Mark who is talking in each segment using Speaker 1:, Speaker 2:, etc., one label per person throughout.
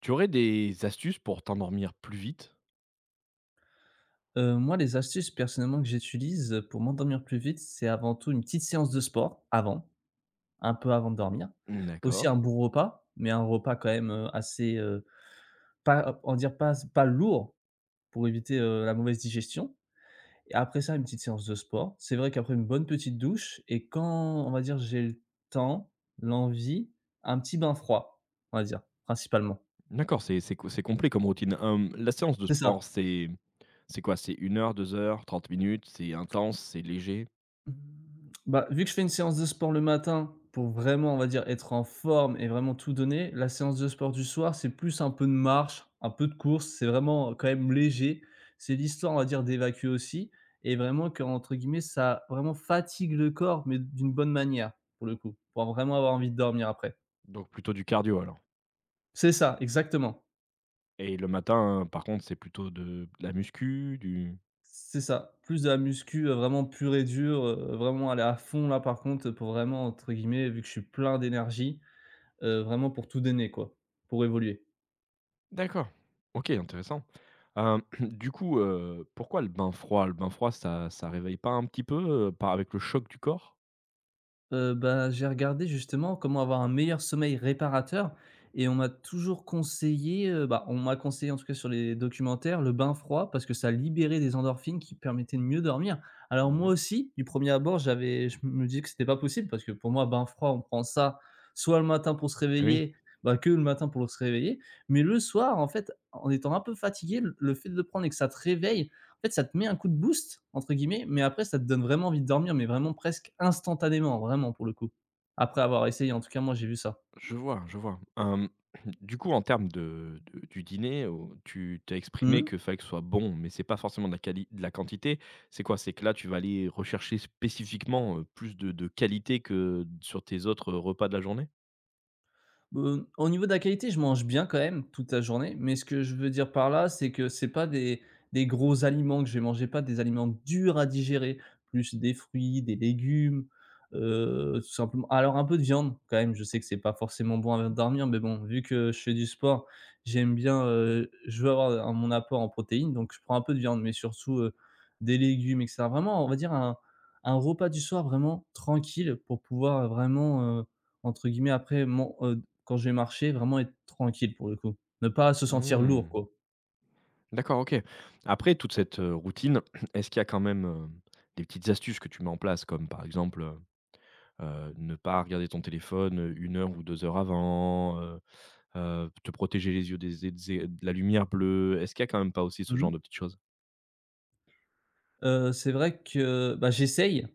Speaker 1: Tu aurais des astuces pour t'endormir plus vite?
Speaker 2: Moi, les astuces personnellement que j'utilise, pour m'endormir plus vite, c'est avant tout une petite séance de sport avant, un peu avant de dormir. Aussi
Speaker 1: D'accord.
Speaker 2: un bon repas, mais un repas quand même, assez, pas on va dire pas lourd pour éviter, la mauvaise digestion et après ça, une petite séance de sport. C'est vrai qu'après une bonne petite douche et quand, on va dire, j'ai le temps, l'envie, un petit bain froid, on va dire, principalement.
Speaker 1: D'accord, c'est complet comme routine. La séance de
Speaker 2: C'est ça.
Speaker 1: sport, c'est quoi? C'est une heure, 2 heures, 30 minutes? C'est intense? C'est léger?
Speaker 2: Mmh, Bah, vu que je fais une séance de sport le matin pour vraiment, on va dire, être en forme et vraiment tout donner, la séance de sport du soir, c'est plus un peu de marche, un peu de course, c'est vraiment quand même léger. C'est l'histoire, on va dire, d'évacuer aussi et vraiment que entre guillemets, ça vraiment fatigue le corps, mais d'une bonne manière pour le coup, pour vraiment avoir envie de dormir après.
Speaker 1: Donc plutôt du cardio alors?
Speaker 2: C'est ça, exactement.
Speaker 1: Et le matin, hein, par contre, c'est plutôt de la muscu, du
Speaker 2: C'est ça. Plus de la muscu, vraiment pure et dure, vraiment aller à fond là par contre, pour vraiment entre guillemets, vu que je suis plein d'énergie. Vraiment pour tout donner quoi, pour évoluer?
Speaker 1: d'accord. OK, intéressant. Du coup, pourquoi le bain froid? Le bain froid, ça réveille pas un petit peu, par avec le choc du corps?
Speaker 2: Bah, j'ai regardé justement comment avoir un meilleur sommeil réparateur et on m'a toujours conseillé, bah, on m'a conseillé en tout cas sur les documentaires, le bain froid parce que ça libérait des endorphines qui permettaient de mieux dormir. Alors moi
Speaker 1: Mmh.
Speaker 2: aussi, du premier abord, j'avais je me disais que c'était pas possible parce que pour moi, bain froid, on prend ça soit le matin pour se
Speaker 1: Oui,
Speaker 2: réveiller, bah, que le matin pour se réveiller, mais le soir en fait, en étant un peu fatigué, le fait de le prendre et que ça te réveille. En fait, ça te met un coup de «boost» entre guillemets, mais après ça te donne vraiment envie de dormir, mais vraiment presque instantanément, vraiment pour le coup. Après avoir essayé en tout cas moi j'ai vu ça.
Speaker 1: je vois, je vois. Du coup, en termes de du dîner, au tu tu exprimé
Speaker 2: Mmh.
Speaker 1: que fallait que ce soit bon, mais c'est pas forcément de la quantité. C'est quoi? C'est que là, tu vas aller rechercher spécifiquement, plus de qualité que sur tes autres repas de la journée?
Speaker 2: Au niveau de la qualité, je mange bien quand même toute la journée, mais ce que je veux dire par là, c'est que c'est pas des gros aliments que je vais manger, pas des aliments durs à digérer, plus des fruits, des légumes, tout simplement alors un peu de viande quand même, je sais que c'est pas forcément bon avant de dormir, mais bon, vu que je fais du sport, j'aime bien, je veux avoir un mon apport en protéines, donc je prends un peu de viande, mais surtout, des légumes et cetera. Vraiment, on va dire un repas du soir vraiment tranquille pour pouvoir, vraiment, entre guillemets après, man quand je vais marcher, vraiment être tranquille pour le coup. Ne pas se sentir lourd,
Speaker 1: Mmh.
Speaker 2: quoi.
Speaker 1: D'accord, OK. Après toute cette, routine, est-ce qu'il y a quand même, des petites astuces que tu mets en place? Comme par exemple, ne pas regarder ton téléphone, 1 heure ou 2 heures avant, te protéger les yeux des de la lumière bleue. Est-ce qu'il y a quand même pas aussi ce genre
Speaker 2: Mmh.
Speaker 1: de petites choses?
Speaker 2: C'est vrai que, bah, j'essaye.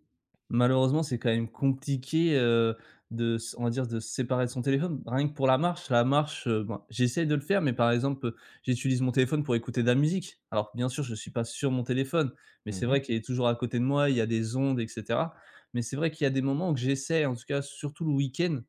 Speaker 2: Malheureusement, c'est quand même compliqué, de s on va dire de se séparer de son téléphone. Rien que pour la marche, ben, j'essaie de le faire, mais par exemple, j'utilise mon téléphone pour écouter de la musique. Alors bien sûr, je suis pas sur mon téléphone, mais c'est
Speaker 1: Mmh.
Speaker 2: vrai qu'il est toujours à côté de moi, il y a des ondes et cetera. Mais c'est vrai qu'il y a des moments où que j'essaie, en tout cas surtout le week-end,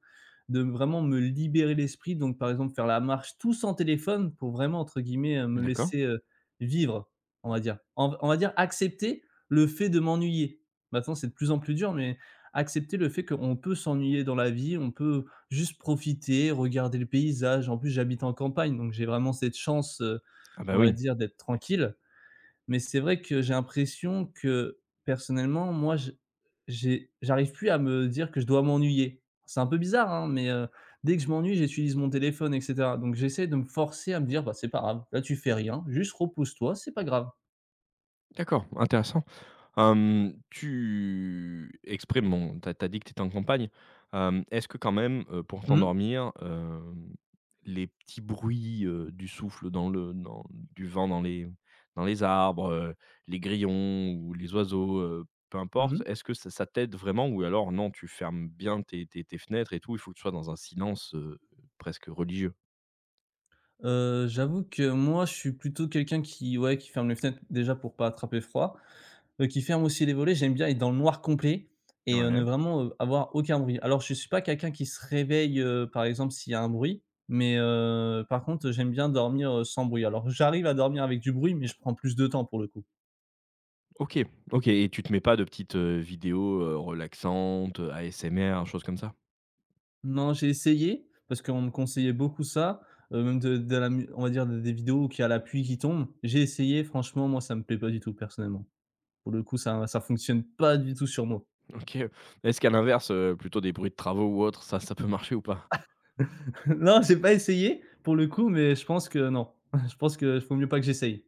Speaker 2: de vraiment me libérer l'esprit. Donc par exemple, faire la marche tout sans téléphone pour vraiment entre guillemets, me
Speaker 1: D'accord.
Speaker 2: laisser, vivre. On va dire. On va dire accepter le fait de m'ennuyer. Maintenant, c'est de plus en plus dur, mais accepter le fait qu'on peut s'ennuyer dans la vie, on peut juste profiter, regarder le paysage. En plus, j'habite en campagne, donc j'ai vraiment cette chance,
Speaker 1: Ah bah,
Speaker 2: on va
Speaker 1: oui.
Speaker 2: dire d'être tranquille. Mais c'est vrai que j'ai l'impression que, personnellement, moi, je j'ai j'arrive plus à me dire que je dois m'ennuyer. C'est un peu bizarre, hein, mais, dès que je m'ennuie, j'utilise mon téléphone et cetera. Donc j'essaie de me forcer à me dire: «Bah, c'est pas grave, là tu fais rien, juste repose-toi, c'est pas grave».
Speaker 1: D'accord, intéressant. Tu exprimes bon, t'as as dit que tu en campagne. Est-ce que quand même, pour
Speaker 2: Mmh.
Speaker 1: t'endormir, les petits bruits, du souffle dans le dans du vent dans les arbres, les grillons ou les oiseaux, peu
Speaker 2: Mmh
Speaker 1: importe,
Speaker 2: mh.
Speaker 1: est-ce que ça t'aide vraiment ou alors non, tu fermes bien tes fenêtres et tout, il faut que tu sois dans un silence, presque religieux?
Speaker 2: J'avoue que moi, je suis plutôt quelqu'un qui ouais, qui ferme les fenêtres déjà pour pas attraper froid, qui ferme aussi les volets. J'aime bien être dans le noir complet et ne
Speaker 1: Ouais.
Speaker 2: vraiment, avoir aucun bruit. Alors je suis pas quelqu'un qui se réveille, par exemple s'il y a un bruit, mais par contre, j'aime bien dormir, sans bruit. Alors j'arrive à dormir avec du bruit, mais je prends plus de temps pour le coup.
Speaker 1: OK, OK et tu te mets pas de petites, vidéos, relaxantes, ASMR, choses comme ça?
Speaker 2: Non, j'ai essayé parce qu'on me conseillait beaucoup ça, même de la mu on va dire de des vidéos où qu'il y a la pluie qui tombe. J'ai essayé, franchement, moi, ça me plaît pas du tout personnellement. Pour le coup, ça fonctionne pas du tout sur moi.
Speaker 1: OK. Est-ce qu'à l'inverse, plutôt des bruits de travaux ou autre, ça peut marcher ou pas?
Speaker 2: Non, j'ai pas essayé pour le coup, mais je pense que non. Je pense que faut mieux pas que j'essaye.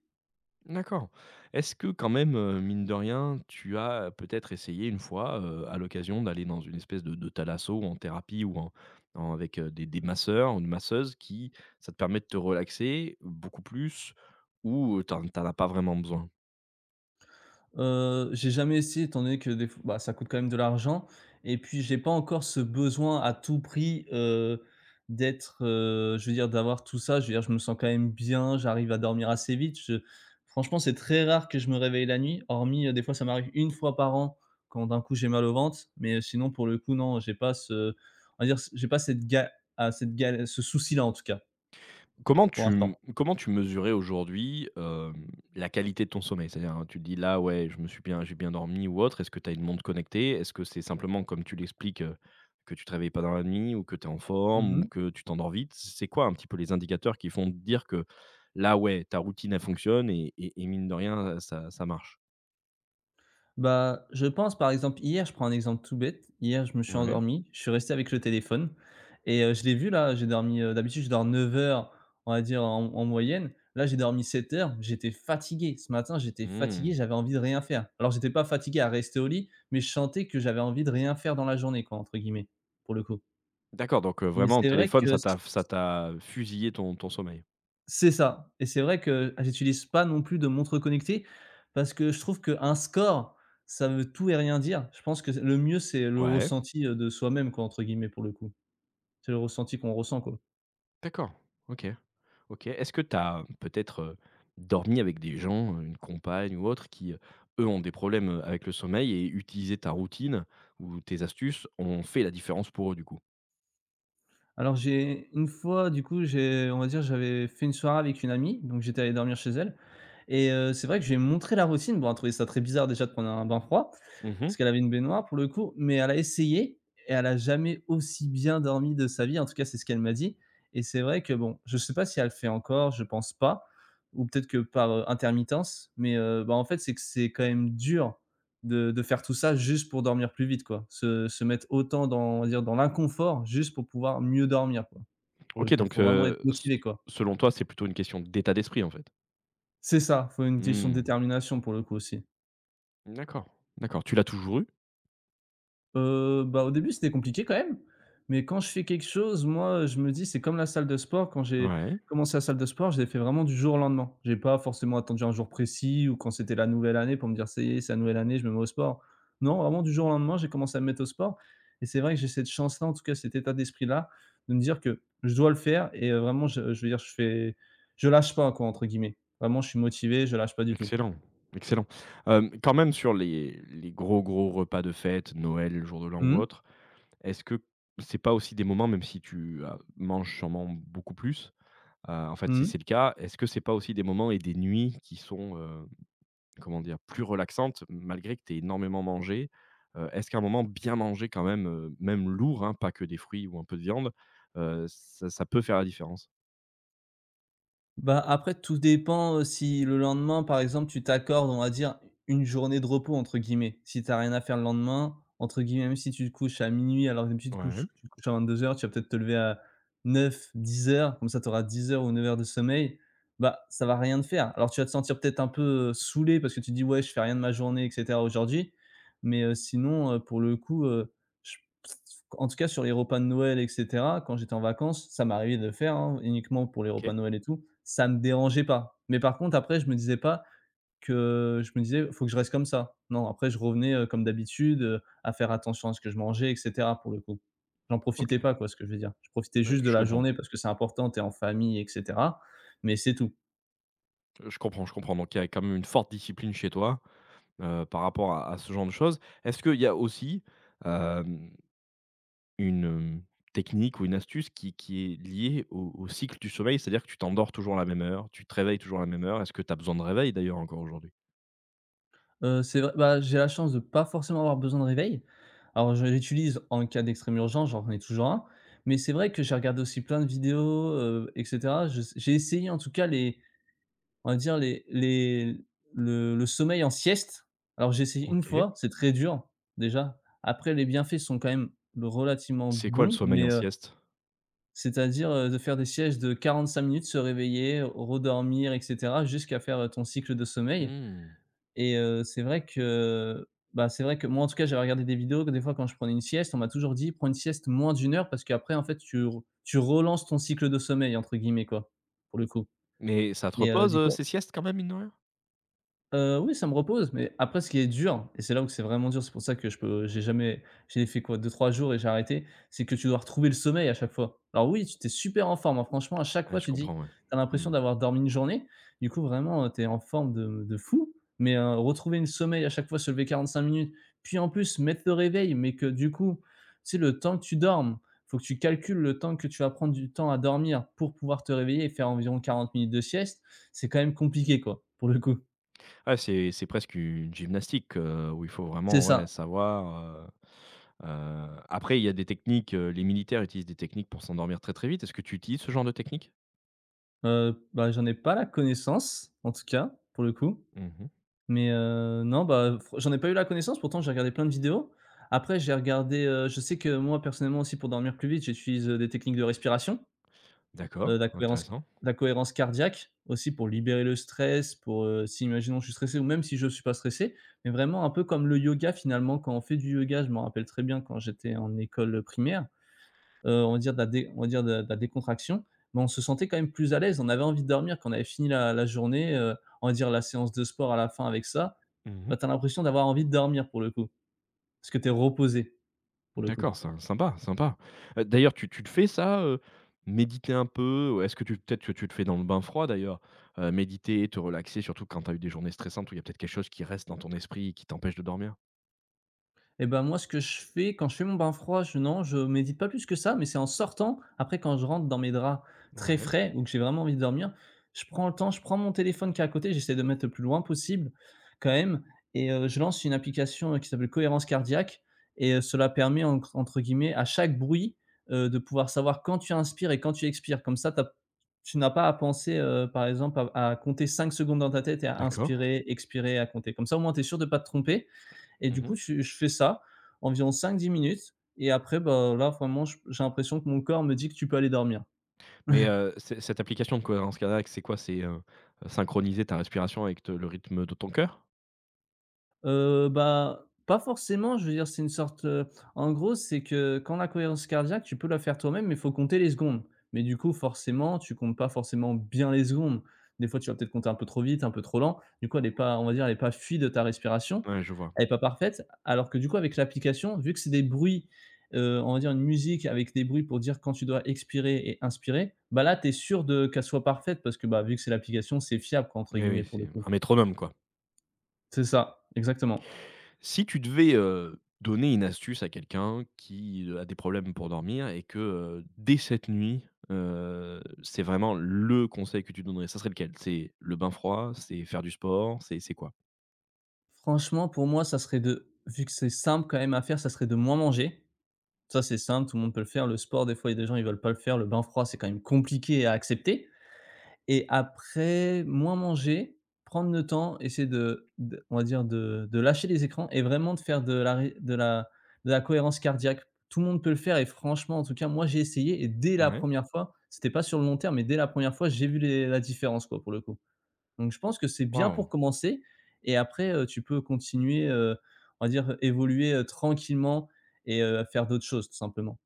Speaker 1: D'accord. Est-ce que quand même, mine de rien, tu as peut-être essayé une fois, à l'occasion d'aller dans une espèce de thalasso ou en thérapie ou en en avec, des masseurs ou une masseuse qui ça te permet de te relaxer beaucoup plus ou, t'en as pas vraiment besoin?
Speaker 2: J'ai jamais essayé étant donné que des f bah, ça coûte quand même de l'argent et puis j'ai pas encore ce besoin à tout prix, d'être, je veux dire d'avoir tout ça. Je veux dire je me sens quand même bien, j'arrive à dormir assez vite. Je Franchement, c'est très rare que je me réveille la nuit, hormis, des fois ça m'arrive une fois par an quand d'un coup j'ai mal au ventre, mais sinon pour le coup non, j'ai pas ce on va dire j'ai pas cette ga à cette gal ce souci là en tout cas,
Speaker 1: Comment
Speaker 2: pour
Speaker 1: tu
Speaker 2: l'instant.
Speaker 1: comment tu mesurais aujourd'hui, la qualité de ton sommeil? C'est-à-dire, hein, tu te dis: «Là, ouais, je me suis bien j'ai bien dormi» ou autre. Est-ce que tu as une montre connectée? Est-ce que c'est simplement, comme tu l'expliques, que tu te réveilles pas dans la nuit ou que tu es en forme ou
Speaker 2: Mmh.
Speaker 1: que tu t'endors vite? C'est quoi un petit peu les indicateurs qui font te dire que là, ouais, ta routine, elle fonctionne et mine de rien, ça marche?
Speaker 2: Bah, je pense par exemple hier, je prends un exemple tout bête, hier je me suis
Speaker 1: Ouais.
Speaker 2: endormi, je suis resté avec le téléphone et je l'ai vu là, j'ai dormi, d'habitude je dors 9 heures, on va dire en moyenne. Là, j'ai dormi 7 heures, j'étais fatigué. Ce matin, j'étais fatigué,
Speaker 1: Mmh.
Speaker 2: j'avais envie de rien faire. Alors j'étais pas fatigué à rester au lit, mais je sentais que j'avais envie de rien faire dans la journée quoi, entre guillemets, pour le coup.
Speaker 1: D'accord, donc
Speaker 2: Mais
Speaker 1: vraiment, le
Speaker 2: c'est vrai
Speaker 1: téléphone,
Speaker 2: que
Speaker 1: ça
Speaker 2: si.
Speaker 1: t'a ça t'a fusillé ton sommeil?
Speaker 2: C'est ça et c'est vrai que j'utilise pas non plus de montre connectée parce que je trouve qu'un score, ça veut tout et rien dire. Je pense que le mieux, c'est le
Speaker 1: Ouais.
Speaker 2: ressenti, de soi-même quoi, entre guillemets, pour le coup. C'est le ressenti qu'on ressent, quoi.
Speaker 1: D'accord. OK. OK. Est-ce que tu as, peut-être, dormi avec des gens, une compagne ou autre qui, eux, ont des problèmes, avec le sommeil et utiliser ta routine ou tes astuces ont fait la différence pour eux, du coup?
Speaker 2: Alors j'ai une fois du coup, j'ai on va dire, j'avais fait une soirée avec une amie, donc j'étais allé dormir chez elle et c'est vrai que j'ai montré la routine. Bon, elle trouvait ça très bizarre déjà de prendre un bain froid, parce
Speaker 1: Mmh.
Speaker 2: qu'elle avait une baignoire pour le coup, mais elle a essayé et elle a jamais aussi bien dormi de sa vie. En tout cas, c'est ce qu'elle m'a dit et c'est vrai que bon, je sais pas si elle le fait encore, je pense pas ou peut-être que par, intermittence, mais bah, en fait, c'est que c'est quand même dur de faire tout ça juste pour dormir plus vite, quoi. Se mettre autant dans on va dire dans l'inconfort juste pour pouvoir mieux dormir, quoi. Pour le
Speaker 1: OK,
Speaker 2: coup,
Speaker 1: donc
Speaker 2: faut vraiment être
Speaker 1: s
Speaker 2: motivé, quoi.
Speaker 1: selon toi, c'est plutôt une question d'état d'esprit, en fait?
Speaker 2: C'est ça, faut une question de
Speaker 1: Mmh.
Speaker 2: détermination pour le coup aussi.
Speaker 1: D'accord, d'accord. Tu l'as toujours eu?
Speaker 2: Bah, au début, c'était compliqué quand même, mais quand je fais quelque chose, moi, je me dis: «C'est comme la salle de sport». Quand j'ai
Speaker 1: Ouais.
Speaker 2: commencé la salle de sport, je l'ai fait vraiment du jour au lendemain. J'ai pas forcément attendu un jour précis ou quand c'était la nouvelle année pour me dire: «Ça y est, c'est la nouvelle année, je me mets au sport». Non, vraiment du jour au lendemain, j'ai commencé à me mettre au sport et c'est vrai que j'ai cette chance-là, en tout cas cet état d'esprit-là, de me dire que je dois le faire et vraiment je veux dire, je fais «je lâche pas» quoi, entre guillemets. Vraiment, je suis motivé, je lâche pas du tout.
Speaker 1: Excellent, excellent. Quand même sur les gros, gros repas de fête, Noël, le jour de l'an
Speaker 2: Mmh
Speaker 1: ou
Speaker 2: mh.
Speaker 1: autre, est-ce que c'est pas aussi des moments, même si tu as manges sûrement beaucoup plus, en fait, si
Speaker 2: Mmh.
Speaker 1: c'est le cas, est-ce que c'est pas aussi des moments et des nuits qui sont, comment dire? Plus relaxantes malgré que tu aies énormément mangé? Est-ce qu'un moment bien mangé quand même, même lourd, hein, pas que des fruits ou un peu de viande, ça peut faire la différence?
Speaker 2: Bah, après tout dépend, si le lendemain, par exemple, tu t'accordes, on va dire, une «journée de repos» entre guillemets. Si t'as rien à faire le lendemain, entre guillemets, même si tu te couches à minuit alors que d'habitude tu te
Speaker 1: Ouais,
Speaker 2: couches tu te couches à 22 h, tu vas peut-être te lever à neuf dix heures comme ça tu auras 10 heures ou 9 heures de sommeil. Bah, ça va rien te faire. Alors tu vas te sentir peut-être un peu, saoulé parce que tu dis : « Ouais, je fais rien de ma journée et cetera aujourd'hui », mais sinon, pour le coup, en tout cas, sur les repas de Noël et cetera, quand j'étais en vacances, ça m'arrivait de le faire, hein, uniquement pour les repas
Speaker 1: OK,
Speaker 2: de Noël et tout, ça me dérangeait pas. Mais par contre, après, je me disais pas que je me disais : « Faut que je reste comme ça ». Non, après je revenais, comme d'habitude, à faire attention à ce que je mangeais et cetera, pour le coup. J'en
Speaker 1: OK.
Speaker 2: profitais pas quoi, ce que je veux dire. Je profitais
Speaker 1: Ouais,
Speaker 2: juste de
Speaker 1: je
Speaker 2: la
Speaker 1: comprends,
Speaker 2: journée parce que c'est important, t'es en famille et cetera, mais c'est tout.
Speaker 1: je comprends, je comprends. Donc il y a quand même une forte discipline chez toi, par rapport à ce genre de choses. Est-ce qu'il y a aussi, une, technique ou une astuce qui est liée au cycle du sommeil, c'est-à-dire que tu t'endors toujours à la même heure, tu te réveilles toujours à la même heure. Est-ce que tu as besoin de réveil d'ailleurs encore aujourd'hui?
Speaker 2: C'est vrai bah, j'ai la chance de pas forcément avoir besoin de réveil. Alors je l'utilise en cas d'extrême urgence, j'en ai toujours un, mais c'est vrai que j'ai regardé aussi plein de vidéos, et cetera. Je s J'ai essayé en tout cas les on va dire les le sommeil en sieste. Alors j'ai essayé une
Speaker 1: OK.
Speaker 2: fois, c'est très dur déjà. Après les bienfaits sont quand même relativement
Speaker 1: C'est quoi le
Speaker 2: bons,
Speaker 1: sommeil
Speaker 2: mais
Speaker 1: en sieste?
Speaker 2: c'est-à-dire, de faire des siestes de 45 minutes, se réveiller, redormir et cetera jusqu'à faire, ton cycle de sommeil.
Speaker 1: Mmh.
Speaker 2: Et c'est vrai que, bah, c'est vrai que moi, en tout cas, j'avais regardé des vidéos que des fois, quand je prenais une sieste, on m'a toujours dit : « Prends une sieste moins d'une heure parce qu'après, en fait, tu relances ton cycle de sommeil », entre guillemets, quoi, pour le coup.
Speaker 1: Mais ça te
Speaker 2: Et
Speaker 1: repose, ces siestes quand même, mine de rien?
Speaker 2: Oui, ça me repose, mais après ce qui est dur et c'est là où c'est vraiment dur, c'est pour ça que je peux j'ai jamais j'ai fait quoi deux trois jours et j'ai arrêté, c'est que tu dois retrouver le sommeil à chaque fois. Alors oui, tu es super en forme, hein, franchement à chaque
Speaker 1: Ouais,
Speaker 2: fois
Speaker 1: je
Speaker 2: tu dis : «
Speaker 1: comprends, ouais.
Speaker 2: Tu as l'impression
Speaker 1: Mmh.
Speaker 2: d'avoir dormi une journée ». Du coup vraiment, tu es en forme de fou, mais retrouver le sommeil à chaque fois, se lever 45 minutes, puis en plus mettre le réveil, mais que du coup, tu sais le temps que tu dormes, faut que tu calcules le temps que tu vas prendre du temps à dormir pour pouvoir te réveiller et faire environ 40 minutes de sieste, c'est quand même compliqué quoi, pour le coup.
Speaker 1: Ah c'est presque une gymnastique, où il faut
Speaker 2: C'est
Speaker 1: vraiment,
Speaker 2: ça.
Speaker 1: ouais, savoir, après il y a des techniques, les militaires utilisent des techniques pour s'endormir très, très vite. Est-ce que tu utilises ce genre de technique?
Speaker 2: Bah, j'en ai pas la connaissance, en tout cas, pour le coup.
Speaker 1: Mmh.
Speaker 2: Mais, non, bah, fr j'en ai pas eu la connaissance, pourtant j'ai regardé plein de vidéos. Après j'ai regardé, je sais que moi personnellement aussi pour dormir plus vite, j'utilise, des techniques de respiration,
Speaker 1: D'accord,
Speaker 2: heu, la cohérence c
Speaker 1: intéressant.
Speaker 2: la cohérence cardiaque aussi pour libérer le stress, pour, si imaginons je suis stressé ou même si je suis pas stressé, mais vraiment un peu comme le yoga finalement, quand on fait du yoga, je m'en rappelle très bien quand j'étais en école primaire, on va dire de la décontraction, mais on se sentait quand même plus à l'aise. On avait envie de dormir quand on avait fini la journée, on va dire la séance de sport à la fin avec ça,
Speaker 1: Mmh.
Speaker 2: bah, tu as l'impression d'avoir envie de dormir pour le coup, parce que tu es reposé, pour le coup.
Speaker 1: D'accord, sympa, sympa. D'ailleurs, tu le fais ça, méditer un peu? Ou est-ce que tu peut-être que tu le fais dans le bain froid d'ailleurs? Méditer, te relaxer, surtout quand tu as eu des journées stressantes où il y a peut-être quelque chose qui reste dans ton esprit et qui t'empêche de dormir?
Speaker 2: Et ben moi, ce que je fais quand je fais mon bain froid, je non, je médite pas plus que ça, mais c'est en sortant, après quand je rentre dans mes draps très
Speaker 1: Ouais,
Speaker 2: frais ou que j'ai vraiment envie de dormir, je prends le temps, je prends mon téléphone qui est à côté, j'essaie de le mettre le plus loin possible quand même et je lance une application, qui s'appelle Cohérence Cardiaque et cela permet encre entre guillemets à chaque bruit, de pouvoir savoir quand tu inspires et quand tu expires. Comme ça, tu n'as pas à penser, par exemple, à compter 5 secondes dans ta tête et à
Speaker 1: d'accord.
Speaker 2: inspirer, expirer, à compter. Comme ça, au moins, tu es sûr de pas te tromper et du
Speaker 1: Mmh.
Speaker 2: coup, je fais ça environ 5 à 10 minutes et après, bah, là, vraiment, j'ai l'impression que mon corps me dit que tu peux aller dormir.
Speaker 1: Mais, c'est cette application de cohérence cardiaque, c'est quoi? C'est, synchroniser ta respiration avec te le rythme de ton cœur?
Speaker 2: Bah, pas forcément, je veux dire, c'est une sorte, en gros, c'est que quand la cohérence cardiaque, tu peux la faire toi-même, mais il faut compter les secondes. Mais du coup, forcément, tu comptes pas forcément bien les secondes. Des fois, tu vas peut-être compter un peu trop vite, un peu trop lent. Du coup, elle est pas, on va dire, elle est pas fluide, de ta respiration.
Speaker 1: Ouais, je vois.
Speaker 2: Elle est pas parfaite. Alors que du coup, avec l'application, vu que c'est des bruits, on va dire, une musique avec des bruits pour dire quand tu dois expirer et inspirer, bah, là, tu es sûr de qu'elle soit parfaite parce que, bah, vu que c'est l'application, c'est « fiable » quoi, entre
Speaker 1: Oui,
Speaker 2: guillemets,
Speaker 1: oui,
Speaker 2: pour le
Speaker 1: c'est
Speaker 2: coup.
Speaker 1: un métronome, quoi.
Speaker 2: C'est ça, exactement.
Speaker 1: Si tu devais, donner une astuce à quelqu'un qui, a des problèmes pour dormir et que, dès cette nuit, c'est vraiment le conseil que tu donnerais, ça serait lequel? C'est le bain froid? C'est faire du sport? C'est quoi?
Speaker 2: Franchement, pour moi, ça serait de vu que c'est simple quand même à faire, ça serait de moins manger. Ça, c'est simple, tout le monde peut le faire. Le sport, des fois, il y a des gens, ils veulent pas le faire. Le bain froid, c'est quand même compliqué à accepter et après, moins manger, prendre le temps, essayer de on va dire de lâcher les écrans et vraiment de faire de la cohérence cardiaque. Tout le monde peut le faire et franchement, en tout cas, moi, j'ai essayé et dès la
Speaker 1: Ouais.
Speaker 2: première fois, c'était pas sur le long terme, mais dès la première fois, j'ai vu les la différence, quoi, pour le coup. Donc je pense que c'est bien
Speaker 1: Waouh!
Speaker 2: pour commencer et après, tu peux continuer, on va dire évoluer, tranquillement et faire d'autres choses tout simplement.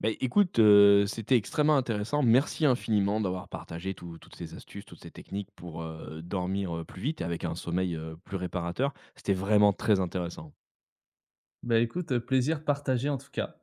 Speaker 1: Beh, écoute, c'était extrêmement intéressant. Merci infiniment d'avoir partagé toutes ces astuces, toutes ces techniques pour, dormir, plus vite et avec un sommeil, plus réparateur. C'était vraiment très intéressant.
Speaker 2: Bah écoute, plaisir partagé en tout cas.